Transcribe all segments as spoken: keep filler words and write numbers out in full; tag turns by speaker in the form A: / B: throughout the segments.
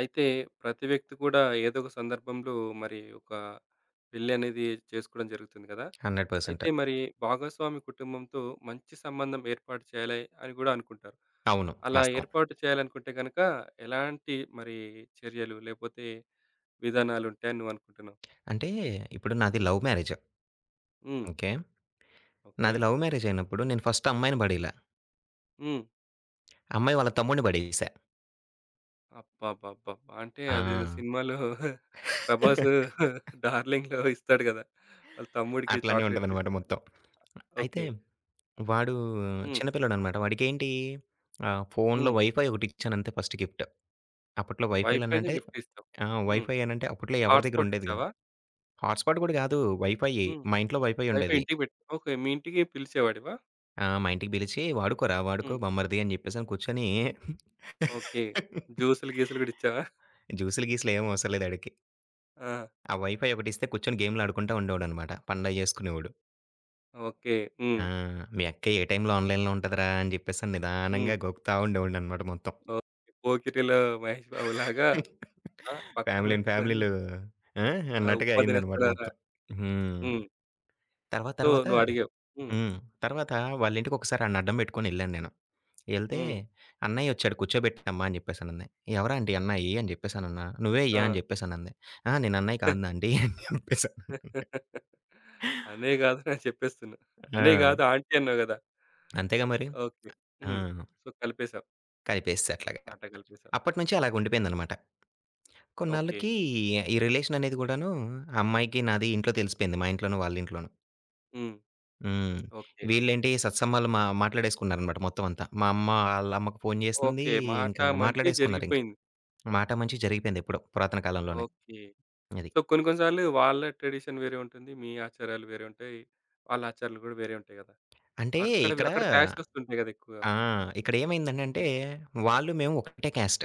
A: అయితే ప్రతి వ్యక్తి కూడా ఏదో ఒక సందర్భంలో మరి ఒక పెళ్లి అనేది చేసుకోవడం జరుగుతుంది కదా! అయితే
B: వంద శాతం.
A: మరి భాగస్వామి కుటుంబంతో మంచి సంబంధం ఏర్పాటు చేయాలి అని కూడా అనుకుంటారు.
B: అవును.
A: అలా
B: వాస్తవం.
A: ఏర్పాటు చేయాలనుకుంటే గనక ఎలాంటి మరి చర్యలు లేపోతే విధానాలు ఉంటాయని నువ్వు అనుకుంటున్నావు?
B: అంటే ఇప్పుడు నాది లవ్ మ్యారేజ్.
A: హ్మ్.
B: ఓకే.
A: ఓకే.
B: నాది లవ్ మ్యారేజ్ అయినప్పుడు నేను ఫస్ట్ అమ్మాయిని పడేయలా.
A: హ్మ్.
B: అమ్మాయి వాళ్ళ తమ్ముడిని పడేసా.
A: అబ్బబ్బబ్బబ్బా! అంటే
B: ఆ!
A: అదేదో సినిమాలో 'ప్రభాస్' 'డార్లింగ్'లో ఇస్తాడు కదా! వాళ్ళ తమ్ముడికి
B: అట్లనే ఉంటదనమాట
A: చాక్లెట్‌లిస్తాడు.
B: మొత్తం. అయితే
A: ఓకే.
B: వాడు
A: హ్మ్.
B: చిన్న పిల్లోడనమాట. వాడికేంటి ఆహ్, ఫోన్‌లో
A: హ్మ్.
B: వైఫై ఒకటి ఇచ్చానంతే ఫస్ట్ గిఫ్ట్. అప్పట్లో
A: వైఫై‌కి
B: వైఫైలనంటే
A: గిఫ్ట్ ఇస్తావు.
B: ఆ!
A: హ్మ్.
B: వైఫై అనంటే అప్పట్లో ఎవరి దగ్గర
A: హాట్‌స్పాట్
B: ఉండేది కాదు.
A: ఇచ్చావా?
B: హాట్‌స్పాట్ కూడా కాదు వైఫైయే.
A: హ్మ్.
B: మా ఇంట్లో వైఫై
A: వైఫై
B: ఉండేది.
A: ఇంటికి పెట్ ఓకే. మీ ఇంటికి పిలిచేవాడివా?
B: ఆ! మా ఇంటికి పిలిచి "వాడుకోరా, వాడుకో
A: హ్మ్.
B: బమ్మరిది" అని చెప్పేసని కూర్చొని
A: ఓకే. జ్యూసులు, గీసులు గూడా ఇచ్చావా?
B: జ్యూసులు, గీసులు ఏమి అవసరం లేదు ఆడికి.
A: ఆ!
B: ఆ వైఫై ఒకటిస్తే కూర్చొని గేమ్‌లు ఆడుకుంటా ఉండేవాడనమాట. పండగ చేసుకునేవాడు.
A: ఓకే. హ్మ్.
B: ఆ! "మీ అక్క ఏ టైంలో ఆన్‌లైన్‌లో ఉంటదిరా" అని చెప్పేసని
A: హ్మ్.
B: నిదానంగా గోకుతా ఉండేవాడిననమాట మొత్తం.
A: ఓకే. పోకిరిలో మహేష్ బాబులాగా ఆ! పక్కన
B: ఫ్యామిలీని
A: పెట్టుకొని
B: ఫ్యామిలీలు ఆ!
A: ఆహ్,
B: అన్నట్టుగా
A: ఉప్మా
B: అయిందనమాట
A: తినేస్తున్నారా?
B: మొత్తం. హ్మ్.
A: హ్మ్.
B: తర్వాత
A: సో,
B: తర్వాత
A: నువ్వు అడిగావు. హ్మ్.
B: హ్మ్. తర్వాత వాళ్ళ ఇంటికి ఒకసారి ఆడిని అడ్డం పెట్టుకొని ఎళ్ళాను నేను. ఎళ్తే
A: హ్మ్.
B: అన్నయ్యొచ్చాడు కూర్చోబెట్టమ్మా అని జెప్పేసనంది. ఎవరా ఆంటీ అన్నాయి అని జెప్పేసనన్నా. నువ్వే
A: ఆ!
B: అయ్యా అని జెప్పేసనంది. అహా! నేను అన్నయ్య కాదునా ఆంటీ అని జెప్పేసన్న.
A: అన్నయ్య గాదురా అని చెప్పేస్తున్నా. అన్నయ్య గాదు
B: ఆ!
A: ఆంటీ అన్నావు గదా!
B: అంతేగా మరి.
A: ఓకే.
B: ఆ!
A: హ్మ్. సో, కలిపేసావు.
B: కలిపేసేసా అట్లాగా.
A: మాట కలిపేసావు.
B: అప్పటినుంచి అలాగుండిపోయిందనమాట.
A: ఓకే.
B: కొన్నాళ్ళకి ఈ రిలేషన్ అనేది గూడాను ఆ అమ్మాయికి నాది ఇంట్లో తెలిసిపోయింది. మా ఇంట్లోను, వాళ్ళ ఇంట్లోను.
A: హ్మ్.
B: హ్మ్.
A: ఓకే.
B: వీళ్ళేంటి సత్సంబాలు మా మాట్లాడేసుకున్నారనమాట మొత్తం అంతా. మా అమ్మ ఆళ్ళ అమ్మకి ఫోను జేసింది.
A: ఓకే. మాట
B: ఇంకా
A: మంతి
B: మాట్లాడేసుకున్నారింక.
A: జరిగిపోయింది.
B: మాట మంచి జరిగిపోయిందెప్పుడో పురాతన కాలంలోనే.
A: ఓకే.
B: అది.
A: సో, కొన్ని కొన్ని సార్లు వాళ్ళ ట్రెడిషన్ వేరే ఉంటుంది. మీ ఆచారాలు వేరే ఉంటాయి. వాళ్ళ ఆచారాలు గూడా వేరే ఉంటాయి గదా!
B: అంటే
A: అక్కడవి
B: ఇక్కడ
A: అక్కడ క్లాషెస్ వస్తుంటాయి గదా! ఎక్కువగా.
B: ఆ! ఇక్కడేమైందనంటే,
A: హ్మ్.
B: వాళ్ళు, మేము ఒకటే క్యాస్ట్.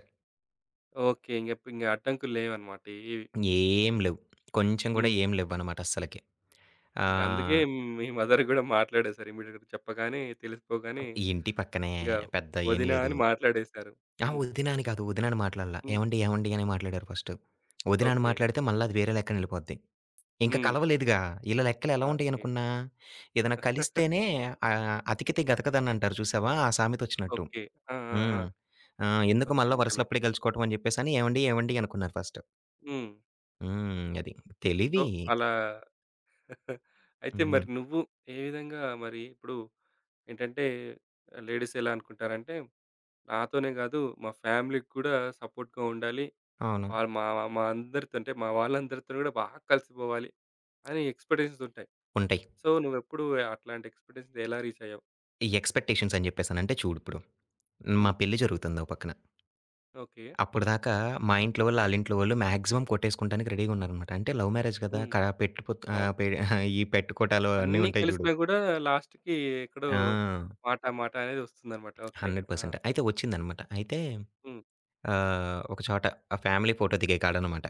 A: ఓకే. ఇంగ ప్ ఇంగ అడ్డంకులు లేవన్నమాట. ఏవి
B: ఏం లేవు. కొంచెం గూడా
A: హ్మ్.
B: ఏం లేవ్వనమాట అస్సలకి.
A: ఇంగ అందుకే
B: ఆహ్,
A: మీ మదర్ గూడా మాట్లాడేశారు. ఇమ్మీడియేట్‌గా చెప్పగానే తెలిసిపోగానే
B: ఇంటి పక్కనే.
A: ఇంగ
B: పెద్ద ఏం
A: వదిన
B: లేదు.
A: అని మాట్లాడేశారు.
B: ఆ!
A: హ్మ్.
B: వదిన అని కాదు. వదిన అని మాట్లాడలా.
A: హ్మ్.
B: ఏవండి, ఏవండి అనే మాట్లాడారు ఫస్టు. వదిన అని
A: ఓకే.
B: మాట్లాడితే మళ్ళా అది వేరే లెక్కనెళ్ళిపోద్ది. ఇంక
A: హ్మ్.
B: కలవలేదుగా. ఈళ్ళ లెక్కలెలా
A: ఓకే.
B: ఉంటాయనుకున్నా? ఏదైనా కలిస్తేనే ఆహ్, అతికితే గతకదనంటారు చూసావా? ఆ సామెతొచ్చినట్టు.
A: ఓకే. ఆ! ఆ! ఆ!
B: హ్మ్. ఆ! ఎందుకు
A: ఓకే.
B: మళ్ళా
A: నిజమే.
B: వరుసలప్పుడే గలుచుకోవటం అని జెప్పేసని, ఏవండి, ఏవండి అనుకున్నారు ఫస్టు.
A: హ్మ్.
B: హ్మ్. అది.
A: సో,
B: తెలివి.
A: అలా అయితే
B: హ్మ్.
A: మరి నువ్వు ఏ విధంగా మరి ఇప్పుడు ఏంటంటే లేడీస్ ఎలా అనుకుంటారంటే నాతోనే కాదు మా ఫ్యామిలీకి కూడా సపోర్ట్‌గా ఉండాలి.
B: అవును.
A: వాళ్ళు మా మా అందరితో అంటే మా వాళ్ళందరితో కూడా బాగా కలిసిపోవాలి అని ఎక్స్‌పెక్టేషన్స్ ఉంటాయి.
B: ఉంటాయి.
A: సో నువ్వెప్పుడు అట్లాంటి ఎక్స్‌పెక్టేషన్స్ ఎలా రీచ్ అయ్యావు?
B: ఈ ఎక్స్‌పెక్టేషన్స్ అని జెప్పేసనంటే చూడిప్పుడు, మా
A: హ్మ్.
B: పెళ్లి జరుగుతుంది ఓ పక్కన.
A: ఓకే.
B: అప్పటిదాకా మా ఇంట్లో వాళ్ళు, ఆళ్ళింట్లో వాళ్ళు మాక్సిమం కొట్టేసుకోవడానికి రెడీగా ఉన్నారనమాట. అంటే లవ్ మ్యారేజ్ గదా!
A: హ్మ్.
B: క పెట్టుపోత్ ఆహ్,
A: అవును.
B: పె ఈ పెట్టుకోటాలు అన్నీ
A: అన్నీ
B: ఉంటాయి జూడు.
A: కలిసినా కూడా లాస్ట్‌కి ఎక్కడో
B: ఆ!
A: మాట మాట అనేది వస్తుందన్నమాట. ఓకే. ఆ!
B: వంద శాతం అయితే వచ్చిందనమాట. అయితే
A: హ్మ్.
B: ఆహ్, ఒక చోట ఆ ఫ్యామిలీ ఫోటో దిగే కాడనమాట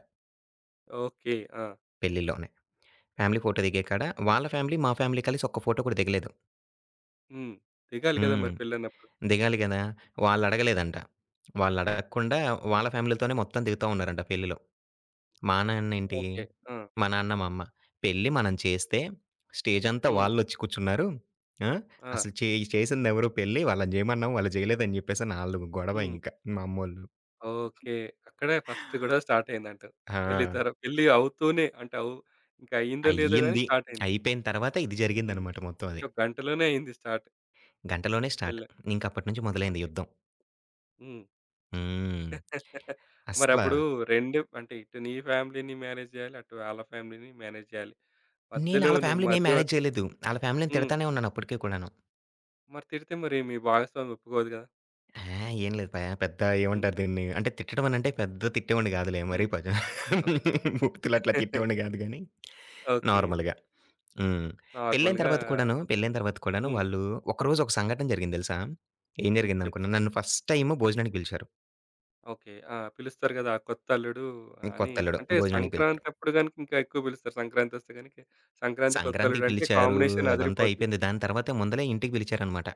A: ఓకే. ఆ!
B: పెళ్లిలోనే. ఫ్యామిలీ ఫోటో దిగే కాడ వాళ్ళ ఫ్యామిలీ, మా ఫ్యామిలీ కలిసి ఒక్క ఫోటో కూడా దిగలేదు.
A: హ్మ్. దిగాలి కదా!
B: హ్మ్.
A: మరి పెళ్ళన్నప్పుడు.
B: దిగాలి గదా! వాళ్ళడగలేదంట. వాళ్ళడగకుండా వాళ్ళ ఫ్యామిలీ‌లతోనే మొత్తం దిగుతా ఉన్నారంట పెళ్ళిలో. మా నాన్నేంటి,
A: ఓకే. ఆ!
B: మా నాన్న, మా అమ్మ. పెళ్లి మనం చేస్తే స్టేజంతా
A: హ్మ్.
B: వాళ్ళొచ్చి కూర్చున్నారు. ఆ!
A: ఆ!
B: అసలు చే చేసిందెవరు పెళ్లి వాళ్ళని జేయమన్నాం, వాళ్ళు జేయలేదని జెప్పేసని ఆళ్ళు గొడవ
A: హ్మ్.
B: ఇంక మా అమ్మోళ్ళు.
A: ఓకే. అక్కడే ఫస్ట్ గొడవ స్టార్ట్ అయిందంటావు. పెళ్లి
B: ఆ!
A: తర పెళ్లి అవుతూనే అంటే అవు ఇంకా అయిందో లేదో గాని
B: అయ్యింది.
A: స్టార్ట్ అయింది.
B: అయిపోయిన తర్వాత ఇది
A: హ్మ్.
B: జరిగిందనమాట మొత్తం అది.
A: ఒక గంటలోనే అయింది స్టార్ట్
B: గంటలోనే స్టార్ట్.
A: పెళ్లి.
B: ఇంకప్పటి నుంచి మొదలైంది
A: ఓకే.
B: యుద్ధం.
A: హ్మ్.
B: హ్మ్. అస్సల
A: మరప్పుడు రెండు అంటే ఇటు నీ ఫ్యామిలీని మేనేజ్ జేయాలి. అటు ఆళ్ళ ఫ్యామిలీని మేనేజ్ జేయాలి.
B: నేను
A: మధ్యలో
B: ఆళ్ళ
A: నువ్వు
B: ఫ్యామిలీని ఏం
A: మధ్యవర్
B: మేనేజ్ చేయలేదు. ఆళ్ళ ఫ్యామిలీని
A: హ్మ్.
B: తిడతానే ఉన్నాను అప్పటికి కూడాను.
A: మరి తిడితే మరి మీ భాగస్వామి ఒప్పుకోదు గదా!
B: ఆ! ఏం లేదు ప పెద్ద
A: హ్మ్.
B: ఏమంటారు దీన్ని అంటే తిట్టడం అనంటే పెద్ద తిట్టేవాడిని కాదులే మరి
A: హ్మ్.
B: ప
A: ఓకే.
B: మూర్తులు అట్లా తిట్టేవాడిని కాదు గానీ
A: ఓకే.
B: నార్మల్‌గా. హ్మ్. పెళ్ళైన
A: నార్మల్‌గా
B: తర్వాత కూడాను, పెళ్ళైన తర్వాత కూడాను
A: హ్మ్.
B: వాళ్ళు ఒకరోజు ఒక సంఘటన జరిగింది తెలుసా? ఏం
A: హ్మ్. చెప్పు.
B: జరిగిందనుకున్నా నన్ను ఫస్ట్ టైమ్ భోజనానికి పిలిచారు.
A: ఓకే. ఆ! పిలుస్తారు గదా! కొత్త అల్లుడు అని.
B: కొత్తల్లుడు
A: అంటే
B: భోజనానికి పిలిచారు.
A: సంక్రాంతి అప్పుడు గనుక ఇంకా ఎక్కువ పిలుస్తారు. సంక్రాంతొస్తే గనుక సంక్రాంతి కొత్త
B: సంక్రాంతికి
A: అల్లుడు అంటే
B: పిలిచారు.
A: కాంబినేషన్
B: అదంతా
A: అదిరిపోద్ది.
B: అయిపోయింది. దాని తర్వాత ముందలే ఇంటికి పిలిచారనమాట.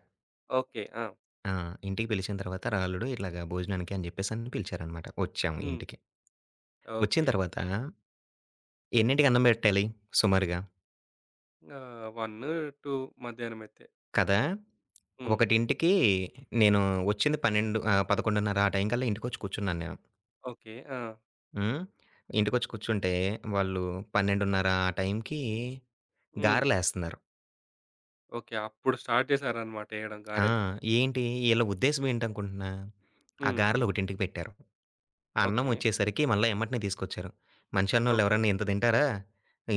A: ఓకే. ఆ!
B: ఆ! ఇంటికి పిలిచిన తర్వాత "రాలుడు ఇట్లాగా భోజనానికి" అని చెప్పేసని పిలిచారనమాట. వచ్చాము
A: హ్మ్.
B: ఇంటికి. వచ్చిన
A: ఓకే.
B: తర్వాత ఎన్నింటికి అన్నం పెట్టాలి సుమారుగా?
A: ఆహ్, ఒకటి, రెండు మధ్యాహ్నం అయితే.
B: కదా!
A: హ్మ్.
B: ఒకటింటికి నేను వచ్చింది పన్నెండు ఆహ్, పదకొండున్నర ఆ టైం కల్లా ఇంటికొచ్చి కూర్చున్నాను నేను.
A: ఓకే. ఆ!
B: హ్మ్. ఇంటికొచ్చి కూర్చుంటే వాళ్ళు పన్నెండున్నర ఆ టైంకి
A: హ్మ్.
B: గారెలేస్తున్నారు.
A: ఓకే. అప్పుడు స్టార్ట్ చేశారన్నమాట ఎయడం
B: ఆ!
A: గారెలు.
B: ఏంటి ఈళ్ళ ఉద్దేశ్యం ఏంటనుకుంటున్నా? ఆ
A: హ్మ్.
B: గారెలు ఒకటింటికి పెట్టారు. అన్నం
A: ఓకే.
B: వచ్చేసరికి మళ్ళా ఎమ్మటనే తీసుకొచ్చారు. మనిషి అన్నోళ్ళు
A: ఓకే.
B: ఎవరన్నా ఇంత తింటారా?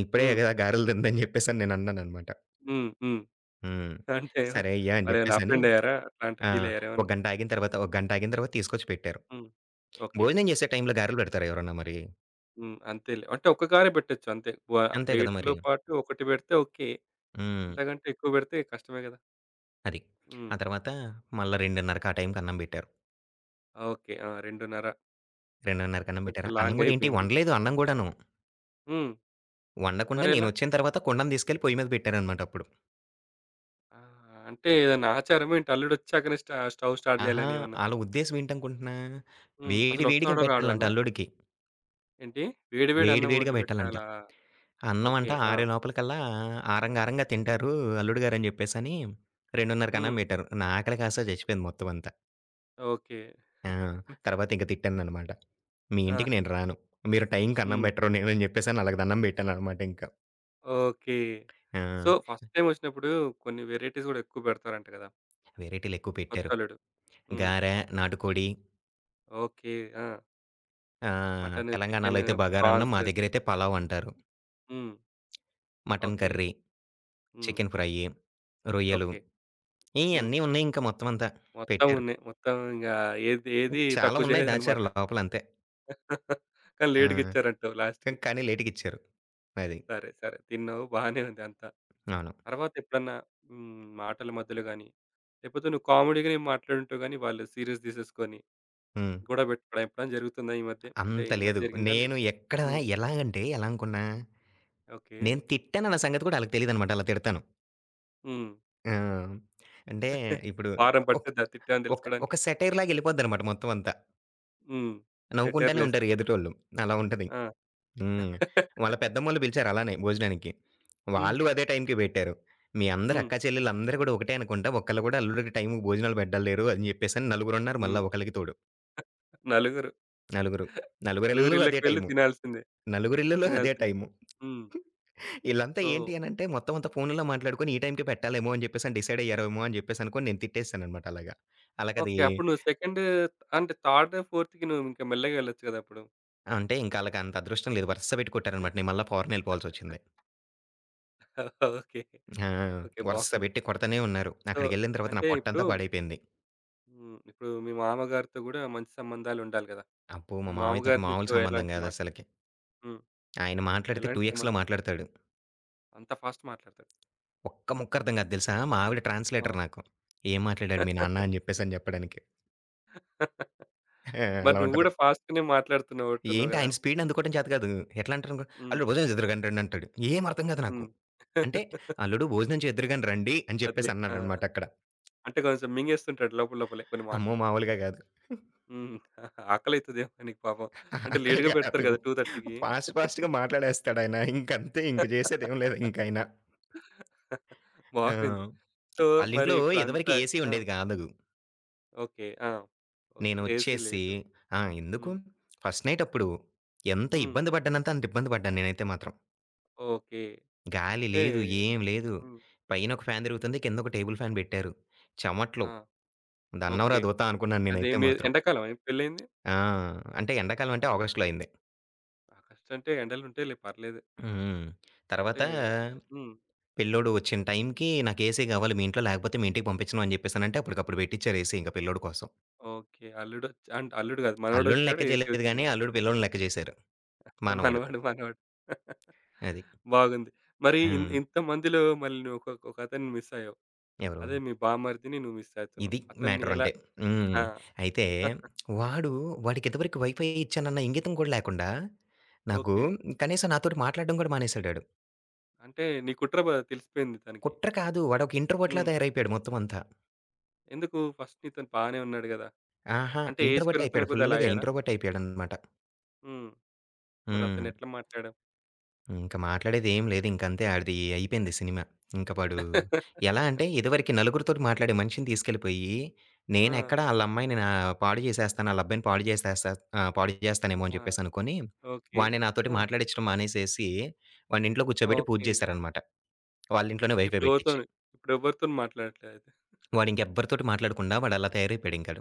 B: ఇప్పుడే
A: హ్మ్.
B: కదా గారెలు తిందని చెప్పేసని నేను అన్నాననమాట.
A: హ్మ్. హ్మ్.
B: హ్మ్.
A: అంటే
B: సరే అయ్యా! అని
A: వాళ్ళేమైనా
B: చెప్పేసని
A: అఫెండ్ అయ్యారా? అట్లా అంటే
B: ఆ!
A: ఫీల్ అయ్యారా
B: ఒక
A: ఏమన్నా?
B: గంట ఆగిన తర్వాత, ఒక గంట ఆగిన తర్వాత తీసుకొచ్చి పెట్టారు.
A: హ్మ్. ఓకే.
B: భోజనం చేసే టైంలో గారెలు పెడతారా ఎవరన్నా మరి?
A: హ్మ్. అంతేలే. అంటే ఒక్కకారే పెట్టొచ్చు అంతే. వ
B: అంతే కదా
A: ప్లేట్‌లో
B: మరి.
A: పాటు ఒకటి పెడితే ఓకే.
B: హ్మ్.
A: అంతకంటే ఎక్కువ పెడితే కష్టమే గదా!
B: అది.
A: హ్మ్.
B: ఆ తర్వాత మళ్ళా 2:30కి ఆ టైంకి అన్నం పెట్టారు.
A: ఓకే. ఆ! రెండున్నర
B: 2:30కి అన్నం
A: కొంచెం
B: పెట్టారా? అన్నం
A: లాంగ్
B: గూడా ఏంటి
A: అయిపోయింది.
B: వండలేదు అన్నం గూడాను.
A: హ్మ్.
B: వండకుండా
A: మరెలా?
B: నేనొచ్చిన తర్వాత కుండను తీసుకెళ్ళి పొయ్యి మీద పెట్టారనమాట అప్పుడు.
A: ఆ! అంటే ఏదైనా ఆచారమా ఏంటి? అల్లుడొచ్చాకనే స్ట స్టవ్ స్టార్ట్
B: ఆహా!
A: జేయాలని ఏమన్నా?
B: ఆళ్ళ ఉద్దేశ్యం ఏంటనుకుంటున్నా?
A: హ్మ్.
B: వేడి వేడిగా
A: అసలొస్తాడో రాడో
B: పెట్టాలంట
A: అనా?
B: అల్లుడికి.
A: ఏంటి? వేడి వేడి
B: వేడి
A: అన్నం
B: వేడిగా
A: వండి
B: పెట్టాలంట.
A: పెట్టాలా?
B: అన్నం అంట
A: ఓకే. ఆ!
B: ఆరే లోపలికల్లా ఆరంగారంగా
A: హ్మ్.
B: తింటారు అల్లుడు గారని జెప్పేసని 2:30కి అన్నం
A: హ్మ్.
B: పెట్టారు. నా ఆకలికి అసల చచ్చిపోయింది మొత్తం అంతా.
A: ఓకే.
B: ఆ! తర్వాత ఇంక తిట్టాననమాట. మీ
A: ఆ!
B: ఇంటికి నేను రాను. మీరు టైంకి అన్నం
A: హ్మ్.
B: పెట్టరు నేనని చెప్పేసని ఆళ్ళకి దండం పెట్టాననమాట ఇంక.
A: ఓకే.
B: ఆ!
A: సో, ఫస్ట్ టైమ్ ఒచ్చినప్పుడు కొన్ని వెరైటీస్ గూడా ఎక్కువ పెడతారంట గదా!
B: వేరైటీలెక్కువ పెట్టారు.
A: కొత్తల్లుడు. హ్మ్.
B: గారె, నాటుకోడి
A: ఓకే. ఆ!
B: ఆహ్,
A: మటను,
B: తెలంగాణలో
A: చికెను,
B: అయితే బగారన్నం,
A: ప్రాన్స్
B: మా దగ్గరైతే పలావ్ అంటారు.
A: హ్మ్.
B: Mutton
A: okay.
B: Curry,
A: hmm.
B: Chicken fry, రొయ్యలు
A: ఓకే. హ్మ్.
B: ఇయన్నీ ఉన్నాయి ఇంక మొత్తం అంతా.
A: మొత్తం
B: పెట్టారు.
A: ఉన్నాయి. మొత్తం ఇంగ ఏది ఏది
B: చాలా
A: తక్కువ
B: ఉన్నాయి దాచారు
A: చేయలేదన్నమాట.
B: లోపల అంతే.
A: కానీ
B: ఆ!
A: లేట్‌గా ఇచ్చారంటావు
B: క
A: లాస్ట్‌కి.
B: కానీ లేట్‌గిచ్చారు. అది.
A: సరే, సరే. తిన్నావు బానే ఉంది అంతా.
B: అవును.
A: తర్వాత ఎప్పుడన్నా హ్మ్. మాటల మధ్యలో గాని, లేకపోతే నువ్వు కామెడీగానే మాట్లాడుంటావు గానీ, వాళ్ళు సీరియస్ తీసేసుకొని
B: హ్మ్.
A: గొడవ పెట్టుకోవడం ఎప్పుడైనా జరుగుతుందా ఈ మధ్య? అంటే
B: అంత
A: ఈ మధ్య
B: లేదు.
A: జరిగిందా? లేప్
B: నేను ఎక్కడ
A: హ్మ్.
B: ఎలా అంటే ఎలా అనుకున్నా
A: ఓకే.
B: నేను తిట్టానన్న సంగతి కూడా ఆళ్ళకి తెలీదనమాట. అలా తిడతాను.
A: హ్మ్.
B: ఆ! అంటే ఇప్పుడు
A: వారం
B: ఒక
A: పట్టుద్దా తిట్టావని
B: ఒక ఒక
A: తెలుసుకోవడానికి?
B: సెటైర్‌లాగా ఎళ్ళిపోద్దనమాట మొత్తం అంతా.
A: హ్మ్.
B: నవ్వుకుంటానే ఉంటారు
A: సెటైర్‌లేస్తావు.
B: ఎదుటోళ్ళు. అలా ఉంటది.
A: ఆ!
B: హ్మ్. వాళ్ళ పెద్దమ్మోళ్ళు పిలిచారు అలానే భోజనానికి.
A: హ్మ్.
B: వాళ్ళు అదే టైంకి పెట్టారు. మీ అందరి
A: హ్మ్.
B: అక్కా చెల్లెళ్ళందరూ కూడా ఒకటే అనుకుంటా. ఒక్కళ్ళు కూడా అల్లుడికి టైంకి భోజనాలు పెట్టలేరు అని చెప్పేసని నలుగురున్నారు మళ్ళా
A: హ్మ్.
B: ఒకళ్ళకి తోడు.
A: నలుగురు.
B: నలుగురు. నలుగురిళ్ళు అదే
A: నలుగురిళ్ళకి వెళ్లి
B: టైము.
A: తినాల్సిందే.
B: నలుగురిళ్ళలో అదే
A: తినాల్సిందే.
B: టైము.
A: హ్మ్.
B: ఈళ్ళంతా ఏంటి
A: సో,
B: అనంటే, మొత్తం అంతా ఫోనుల్లో మాట్లాడుకొని, ఈ టైంకే పెట్టాలేమో అని చెప్పేసని డిసైడ్ అయ్యారేమో అని చెప్పేసనుకోని నేను తిట్టేసాననమాట అలాగా. ఆళ్ళకది
A: ఓకే. అప్పుడు నువ్వు సెకండ్ అంటే థర్డ్, ఫోర్త్‌కి నువ్వు ఇంకా మెల్లగా వెళ్ళొచ్చు కదా! అప్పుడు.
B: అంటే, ఇంక ఆళ్ళకంత అదృష్టం లేదు. వరస పెట్టి కొట్టారనమాట. నేను మళ్ళా ఫారెనెళ్ళిపోవాల్సొచ్చింది.
A: ఓకే.
B: ఆ!
A: ఓకే.
B: వరస
A: బాగుంది.
B: పెట్టి కొడతనే ఉన్నారు.
A: సో,
B: అక్కడికెళ్ళిన తర్వాత నా
A: అంటే ఇప్పుడు
B: పొట్టంతా పాడైపోయింది.
A: హ్మ్. ఇప్పుడు మీ మామగారితో గూడా మంచి సంబంధాలుండాలి గదా!
B: అబ్బో!
A: మీ
B: మా మామయ్యతోటి మామూలు
A: మామగారినితో
B: సంబంధం
A: ఎలాంటి మాటలు
B: కాదసలకి.
A: హ్మ్.
B: ఆయన మాట్లాడితే
A: ఎలాంటి
B: రెండు ఎక్స్‌లో
A: సంబంధం
B: మాట్లాడతాడు.
A: అంత ఫాస్ట్ మాట్లాడతాడు.
B: ఒక్క ముక్క అర్థం కాదు తెలుసా? మా ఆవిడ
A: ఆ!
B: ట్రాన్స్‌లేటర్ నాకు. "ఏం మాట్లాడాడు మీ నాన్న" అని చెప్పేసని చెప్పడానికి.
A: మరి
B: అలా
A: నువ్వు
B: ఉంటది.
A: గూడా ఫాస్ట్‌గానే మాట్లాడుతున్నట్టున్నావు
B: ఏంటి
A: గదా!
B: ఆయన స్పీడ్‌ని అందుకోవడం చేత కాదు. ఎట్లా అంటారనుకో,
A: హ్మ్.
B: "అల్లుడు భోజనం చేద్దురుగాని రండి" అంటాడు. ఏం అర్థం కాదు నాకు.
A: హ్మ్.
B: అంటే "అల్లుడు భోజనం చేద్దురుగాని రండి" అని
A: అదే.
B: చెప్పేసి
A: ఆ!
B: అన్నాడనమాట అక్కడ.
A: అంటే కొంచెం మింగేస్తుంటాడు లోపల లోపలే కొన్ని
B: అమ్మో!
A: మాటలు.
B: మామూలుగా కాదు.
A: హ్మ్. ఆకలైతదేమో నీకు పాపం. అంటే
B: అక్కడ
A: లేట్‌గా పెడతారు
B: కాదు.
A: కదా 2:30కి.
B: ఫాస్ట్ ఫాస్ట్‌గా మాట్లాడేస్తాడాయన. ఇంకంతే ఇంక చేసేదేం లేదు ఇంకాయన.
A: బాగుంది.
B: ఆ!
A: సో, మరి
B: ఆళ్ళింట్లో ఇదివరకు
A: ఇప్పుడంతా
B: ఏసీ
A: ఆ!
B: ఉండేది కాదు.
A: ఓకే. ఆ! ఓకే. ఏసీ
B: నేనొచ్చేసి
A: లేదు.
B: ఆ! ఎందుకు
A: హ్మ్.
B: ఫస్ట్ నైట్ అప్పుడు ఎంత
A: హ్మ్.
B: ఇబ్బంది పడ్డానంటే అంత ఇబ్బంది పడ్డాను నేనైతే మాత్రం.
A: ఓకే.
B: గాలి
A: అంటే
B: లేదు, ఏం లేదు.
A: హ్మ్.
B: పైన ఒక ఫ్యాన్ తిరుగుతుంది. కింద ఒక టేబుల్ ఫ్యాన్ పెట్టారు. చెమట్లు.
A: ఆ!
B: దన్నవరా
A: ఓకే.
B: దూత అనుకున్నాను
A: అదే
B: నేనైతే
A: మీ
B: మాత్రం.
A: ఎండాకాలమా మీ పెళ్లయింది?
B: ఆ! అంటే ఎండాకాలం అంటే
A: అది.
B: ఆగస్ట్‌లో అయింది.
A: ఆగస్టంటే ఎండలుంటాయిలే పర్లేదు.
B: హ్మ్.
A: అంటే
B: తర్వాత
A: హ్మ్.
B: పిల్లోడు వచ్చిన టైంకి నాకు ఏసీ కావాలి మీ ఇంట్లో లేకపోతే మీ ఇంటికి పంపించను అని చెప్పేసనంటే అప్పటికప్పుడు పెట్టిచ్చారు ఏసీ ఇంక పిల్లోడి కోసం.
A: ఓకే. అల్లుడొచ్ అంటే అల్లుడు గాదు.
B: అల్లుడిని
A: మనవడొచ్చాడు.
B: లెక్క
A: ఏసీ
B: చేయలేదు
A: ఒచ్చింది.
B: గానీ అల్లుడు పిల్లోడిని లెక్క చేశారు మనవడు.
A: మనవడు, మనవడు.
B: అది.
A: బాగుంది. మరి ఇన్
B: హ్మ్.
A: ఇంతమందిలో మళ్ళీ నువ్వు ఒక ఒకతన్ని మిస్ అయ్యావు.
B: ఎవరు?
A: అదే మీ బామర్దిని నువ్వు మిస్ అవుతున్నావు.
B: ఇది
A: అతన్ని
B: మ్యాటర్
A: ఎలా
B: అంటే. హ్మ్.
A: ఆ!
B: అయితే వాడు వాడికి ఇంతవరకు వైఫై ఇచ్చానన్న ఇంగితం కూడా లేకుండా నాకు
A: ఓకే.
B: కనీసం నాతోటి మాట్లాడడం కూడా మానేసాడాడు.
A: అంటే నీ కుట్ర బ తెలిసిపోయింది తనకి.
B: కుట్ర కాదు వాడొక ఇంట్రోవర్ట్‌లా
A: హ్మ్.
B: తయారైపోయాడు మొత్తం అంతా.
A: ఎందుకు ఫస్ట్ నీతోని బానే ఉన్నాడు గదా!
B: ఆహా!
A: అంటే ఏజ్
B: ఇంట్రోవర్ట్
A: పెరుగుతున్న
B: అయిపోయాడు.
A: కొద్దీ అలా
B: ఫుల్లుగా
A: అయ్యాడా?
B: ఇంట్రోవర్ట్ అయిపోయాడనమాట.
A: హ్మ్.
B: హ్మ్.
A: మరతను ఎట్లా మాట్లాడావు?
B: ఇంక మాట్లాడేదేం లేదు. ఇంకంతే ఆడిది అయిపోయింది సినిమా. ఇంక వాడు ఎలా అంటే ఇదివరకి నలుగురితోటి మాట్లాడే మనిషిని తీసుకెళ్ళిపోయి,
A: ఆ!
B: నేనెక్కడ ఆళ్ళ అమ్మాయిని నా పాడు చేసేస్తాను, ఆళ్ళ అబ్బాయిని పాడు చేసేస్తా ఆహ్, పాడు చేస్తానేమో అని
A: ఆ!
B: చెప్పేసి అనుకోని,
A: ఓకే.
B: వాడిని నాతోటి
A: ఆ!
B: మాట్లాడిచ్చడం మానేసేసి, వాడిని ఇంట్లో కూర్చోబెట్టి పూజ
A: ఓకే.
B: చేశారనమాట. వాళ్ళ ఇంట్లోనే వైఫై పెట్టిచ్చి.
A: ఇప్పుడెవరితోని ఇప్పుడెవరితోని మాట్లాడట్లేదయితే.
B: వాడింకెవ్వరితోటి మాట్లాడకుండా వాడలా తయారైపోయాడింకాడు.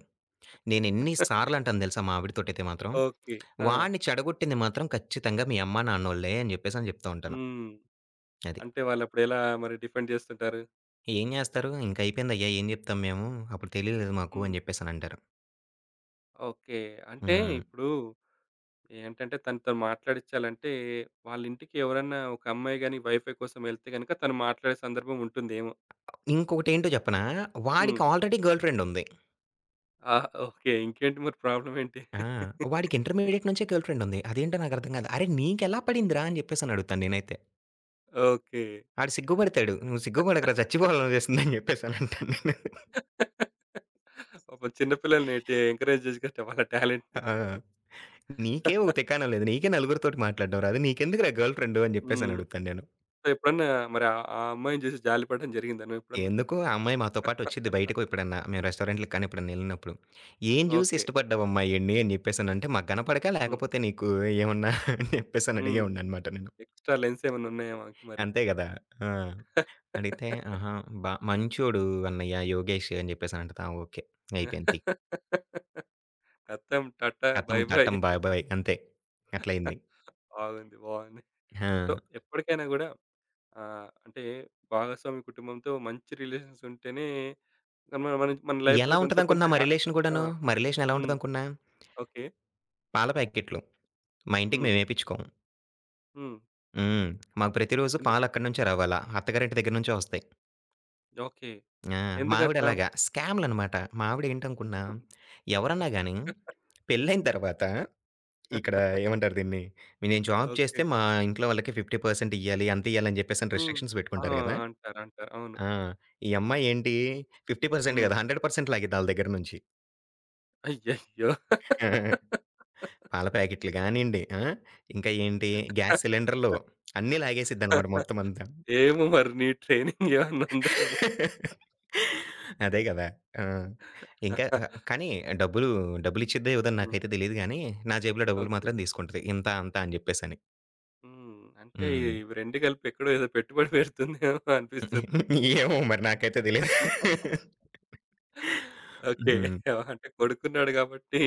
B: నేనెన్ని సార్లంటాను తెలుసా మా ఆవిడతోటైతే మాత్రం
A: ఓకే. ఆ!
B: వాడిని చెడగొట్టింది మాత్రం ఖచ్చితంగా మీ అమ్మా, నాన్నోళ్ళే అని జెప్పేసని జెప్తా ఉంటాను.
A: హ్మ్.
B: అది.
A: అంటే వాళ్ళప్పుడెలా మరి డిఫెండ్ జేస్తుంటారు?
B: ఏం జేస్తారు? "ఇంకయిపోయిందయ్యా! ఏం జెప్తాం మేము? అప్పుడు తెలియలేదు మాకు"
A: హ్మ్.
B: అని జెప్పేసనంటారు.
A: ఓకే. అంటే
B: హ్మ్.
A: ఇప్పుడు ఏంటంటే తనతో మాట్లాడిచ్చాలంటే వాళ్ళింటికి ఎవరన్నా ఒక అమ్మాయి గాని వైఫై కోసం ఎళ్తే గనుక తను మాట్లాడే సందర్భం ఉంటుందేమో.
B: ఇంకొకటేంటో జెప్పనా?
A: హ్మ్.
B: వాడికి ఆల్రెడీ గర్ల్ ఫ్రెండుంది.
A: ఆ! ఓకే. ఇంకేంటి మరి ప్రాబ్లమ్ ఏంటి?
B: ఆ! వాడికి ఇంటర్మీడియేట్ నుంచే గర్ల్ ఫ్రెండుంది. అదేంటో నాకర్థం గాదు. "అరె! నీకెలా పడిందిరా?" అని జెప్పేసనడుగుతాను నేనైతే.
A: ఓకే.
B: ఆడు సిగ్గుపడతాడు. "నువ్వు సిగ్గుపడకురా చచ్చిపోవాలనిపిస్తుందని" జెప్పేసనంటాను నేను.
A: పాపం చిన్న పిల్లల్ని టే ఎంకరేజ్ జేసేయొచ్చట వాళ్ళ టాలెంట్‌ని.
B: ఆ! "నీకే ఓ తికాణం లేదు. నీకే నలుగురితోటి మాట్లాడడం రాదు. నీకెందుకురా గర్ల్ ఫ్రెండు" అని
A: హ్మ్.
B: జెప్పేసనడుగుతాను నేను.
A: సో, ఎప్పుడన్నా మరి ఆ ఆ అమ్మాయిని జూసి జాలిపడడం జరిగిందా నువ్వెప్పుడన్నా?
B: ఎందుకు ఆ అమ్మాయి మాతో పాటొచ్చిద్ది బయటకు ఎప్పుడన్నా. మేము రెస్టారెంట్‌లకి కానీ ఎప్పుడన్నా ఎళ్ళినప్పుడు. "ఏం జూసి
A: ఓకే.
B: ఇష్టపడ్డావమ్మా ఇయన్ని" అని జెప్పేసనంటే, "మాకు గనపడకా?
A: హ్మ్.
B: లేకపోతే నీకు ఏమన్నా" అని జెప్పేసని
A: హ్మ్.
B: అడిగేవాడిననమాట నేను.
A: ఎక్స్‌ట్రా లెన్స్ ఏమన్నా ఉన్నాయా ఆమెకి మరి?
B: అంతే గదా! ఆ! అడిగితే, "ఆహా! బా మంచోడు అన్నయ్య యోగేష్" అని జెప్పేసనంటది. ఆ! ఓకే. అయిపోయింది తియ్.
A: ఖతం టాటా
B: ఖతం
A: బై బై.
B: టాటం బాయ్ బాయ్ అంతే. అట్లయింది.
A: బాగుంది. బాగుంది.
B: ఆ!
A: సో, ఎప్పటికైనా గూడా ఆహ్, అంటే భాగస్వామి కుటుంబంతో మంచి రిలేషన్స్ ఉంటేనే మన మన మన లైఫ్
B: ఎలా
A: కూడా కొంత కొంత
B: ఉంటదనుకున్నా మా
A: హ్యా
B: రిలేషన్
A: ఆ!
B: గూడాను? మా రిలేషన్ ఎలా
A: హ్మ్.
B: ఉంటదనుకున్నా?
A: ఓకే.
B: పాల ప్యాకెట్లు. మా ఇంటికి
A: హ్మ్.
B: మేమేపిచ్చుకోము.
A: హ్మ్.
B: హ్మ్. మాకు ప్రతిరోజు
A: ఎందుకు?
B: పాలక్కడి నుంచే రావాలా. అత్తగారింటి దగ్గర నుంచే ఒస్తాయి.
A: ఓకే.
B: ఆ! మా ఆవిడ
A: ఎందుకట్లా?
B: అలాగా స్కామ్‌లనమాట. మా ఆవిడ ఏంటనుకున్నా, ఎవరన్నా గాని పెళ్లైన తర్వాత ఇక్కడ ఏమంటారు దీన్ని, నేను జాబ్
A: ఓకే.
B: చేస్తే మా ఇంట్లో వాళ్ళకి యాభై శాతం ఇయ్యాలి, అంత ఇయ్యాలి అని చెప్పేసని
A: హ్మ్.
B: రిస్ట్రిక్షన్స్
A: ఆ!
B: పెట్టుకుంటారు గదా!
A: అంటారు. అంటారు. అవును.
B: ఆ! ఈ అమ్మాయి ఏంటి యాభై శాతం
A: హ్మ్.
B: కాదు వంద శాతం లాగిద్ది ఆళ్ళ దగ్గర నుంచి.
A: అయ్యయ్యో!
B: ఆ! పాల ప్యాకెట్లు గానియండి, ఆ! ఇంకా ఏంటి గ్యాస్ సిలిండర్‌లు అన్నీ లాగేసిద్దనమాట మొత్తం అంతా.
A: ఏమో మరి నీ ట్రైనింగ్ ఏమన్నా ఉందేమో!
B: అదే గదా! ఆ! ఇంకా ఆహ్, కానీ డబ్బులు డబ్బులిచ్చిద్దో ఇవ్వదని
A: హ్మ్.
B: నాకైతే తెలీదు గానీ, నా జేబులో డబ్బులు
A: ఓకే.
B: మాత్రం తీసుకుంటది. ఇంత, అంత అని జెప్పేసని.
A: హ్మ్. అంటే
B: హ్మ్.
A: ఇవి రెండు కలిపి ఎక్కడో ఏదో పెట్టుబడి పెడుతుందేమో అనిపిస్తుంది.
B: ఏమో మరి నాకైతే తెలీదు.
A: ఓకే.
B: హ్మ్.
A: అంటే కొడుకున్నాడు కాబట్టి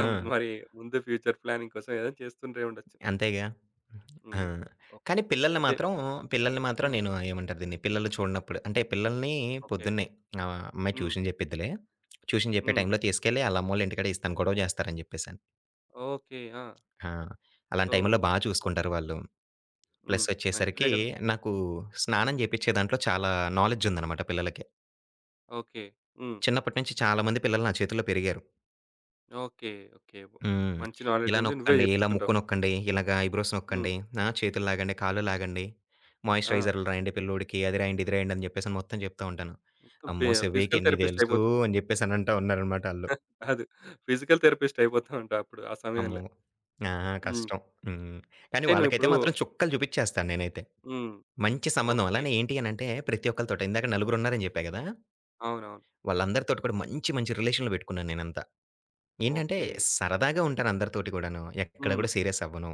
A: ఆహ్,
B: ఆ!
A: మరి ముందు ఫ్యూచర్ ప్లానింగ్ కోసం ఏదో చేస్తుండే ఉండొచ్చు.
B: అంతేగా. ఆ!
A: హ్మ్. ఓకే.
B: కానీ పిల్లల్ని
A: అయితే
B: మాత్రం, పిల్లల్ని మాత్రం
A: హ్మ్.
B: నేను ఏమంటారు దీన్ని, పిల్లలు చూడనప్పుడు అంటే పిల్లల్ని
A: ఓకే.
B: పొద్దున్నే ఆహ్, అమ్మాయి
A: హ్మ్.
B: ట్యూషన్ జెప్పిద్దిలే. ట్యూషన్ జెప్పే
A: హ్మ్.
B: టైంలో తీసుకెళ్ళి ఆళ్ళ అమ్మోళ్ళ ఇంటికాడ ఇస్తాను, గొడవ జేస్తారని జెప్పేసని.
A: ఓకే. ఆ!
B: ఆ! అలాంటి
A: సో
B: టైంలో బా చూసుకుంటారు వాళ్ళు.
A: హ్మ్. మంచిదే
B: ప్లసొచ్చేసరికి
A: కదా!
B: నాకు స్నానం జేపిచ్చే దాంట్లో చాలా నాలెడ్జ్ ఉందనమాట పిల్లలకి.
A: ఓకే. హ్మ్.
B: చిన్నప్పటి నుంచి చాలామంది పిల్లలు నా చేతుల్లో పెరిగారు.
A: ఓకే. ఓకే.
B: హ్మ్.
A: మంచి నాలెడ్జ్
B: ఇలా
A: ఉంది. నువ్వే
B: నొక్కండి, ఇలా ముక్కు
A: జెపిస్తుంటావు.
B: నొక్కండి, ఇలాగా ఐబ్రోస్
A: హ్మ్.
B: నొక్కండి, ఆ! చేతులు లాగండి, కాళ్ళు లాగండి,
A: ఆ!
B: మాయిశ్చరైజర్లు రాయండి పిల్లోడికి, అది రాయండి, ఇది రాయండి అని జెప్పేసని మొత్తం జెప్తా ఉంటాను.
A: మొత్తం ఫి
B: అమ్మో! సెవ్వికి
A: ఫిజికల్
B: ఎన్ని
A: థెరపిస్ట్
B: దెలుసు
A: అయిపోతావు.
B: అని జెప్పేసనంటా ఉన్నారనమాట ఆళ్ళు.
A: కాదు. ఫిజికల్ థెరపిస్ట్ అయిపోతా ఉంటావు అప్పుడు ఆ
B: అమ్మో!
A: సమయంలో.
B: ఆ!
A: హ్మ్.
B: కష్టం. హ్మ్. కానీ
A: అయితే
B: వాళ్ళకైతే
A: నువ్విప్పుడు
B: మాత్రం చుక్కలు జూపిచ్చేస్తాను నేనైతే.
A: హ్మ్.
B: మంచి సంబంధం.
A: ఓకే.
B: అలానే ఏంటి అనంటే ప్రతి ఒక్కళ్ళతోటి ఇందాక నలుగురున్నారని జెప్పా గదా!
A: అవునవును.
B: వాళ్ళందరితోటి కూడా మంచి, మంచి రిలేషన్‌లు పెట్టుకున్నాను నేనంతా. ఏంటంటే
A: ఓకే.
B: సరదాగా ఉంటాను అందరితోటి కూడాను. ఎక్కడ
A: హ్మ్.
B: కూడా సీరియస్ అవ్వను.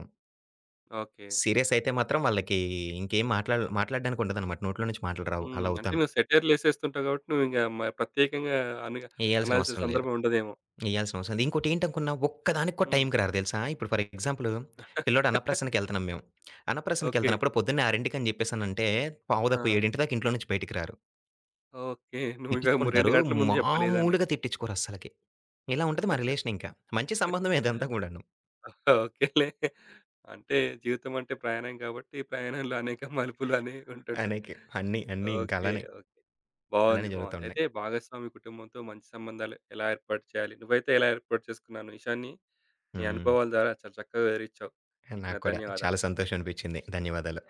A: ఓకే.
B: సీరియస్ అయితే మాత్రం వాళ్ళకి ఇంకేం మాట్లాడ మాట్లాడడానికి ఉండదనమాట. నోట్లో నుంచి మాటలు రావు.
A: హ్మ్.
B: అలా
A: అంటే
B: అవుతాను.
A: నువ్వు సెటైర్‌లేసేస్తుంటావు కాబట్టి నువ్వింక మ ప్రత్యేకంగా అనగా
B: ఏయాల్సిన
A: అనాల్సిన
B: అవసరం లేదు.
A: సందర్భం ఉండదేమో.
B: ఏయాల్సిన అవసరం లేదు. ఇంకోటేంటనుకున్నా ఒక్కదానికి కూడా
A: హ్మ్.
B: టైంకి రారు తెలుసా? ఇప్పుడు ఫర్ ఎగ్జాంపుల్ పిల్లోడు అన్నప్రాసనకెళ్తున్నాం మేము.
A: ఓకే.
B: అన్నప్రాసనకెళ్తున్నప్పుడు పొద్దున్నే ఆరుకి అని చెప్పేసనంటే
A: ఆ!
B: పావుతక్కువ ఏడు దాకా ఇంట్లో నుంచి బయటికి రారు.
A: ఓకే. నువ్వింక ము రెండు
B: తిట్టించుకుంటారు.
A: గంటల ముందు చెప్పాలి ఏదన్నా.
B: మామూలుగా తిట్టించుకోరు అస్సలకి. ఇలా ఉంటది మా రిలేషన్ ఇంకా. మంచి సంబంధమే ఇదంతా కూడాను.
A: ఓకేలే. అంటే జీవితం అంటే ప్రయాణం కాబట్టి ప్రయాణంలో అనేక మలుపులు అనేవి ఉంటుంటాయి.
B: అనేకి అన్నీ, అన్నీ ఇంక
A: ఓకే.
B: అలానే,
A: ఓకే.
B: అలానే
A: బావుంది.
B: జరుగుతూ
A: బావుంది.
B: ఉన్నాయి.
A: అయితే భాగస్వామి కుటుంబంతో మంచి సంబంధాలు ఎలా ఏర్పాటు చేయాలి? నువ్వైతే ఎలా ఏర్పాటు చేసుకున్నావు? నీ విషయాన్ని నీ
B: హ్మ్.
A: అనుభవాల ద్వారా చాలా చక్కగా వివరించావు. నీకు నా
B: నాకు కూడా
A: ధన్యవాదాలు.
B: చాలా సంతోషం అనిపించింది. ధన్యవాదాలు.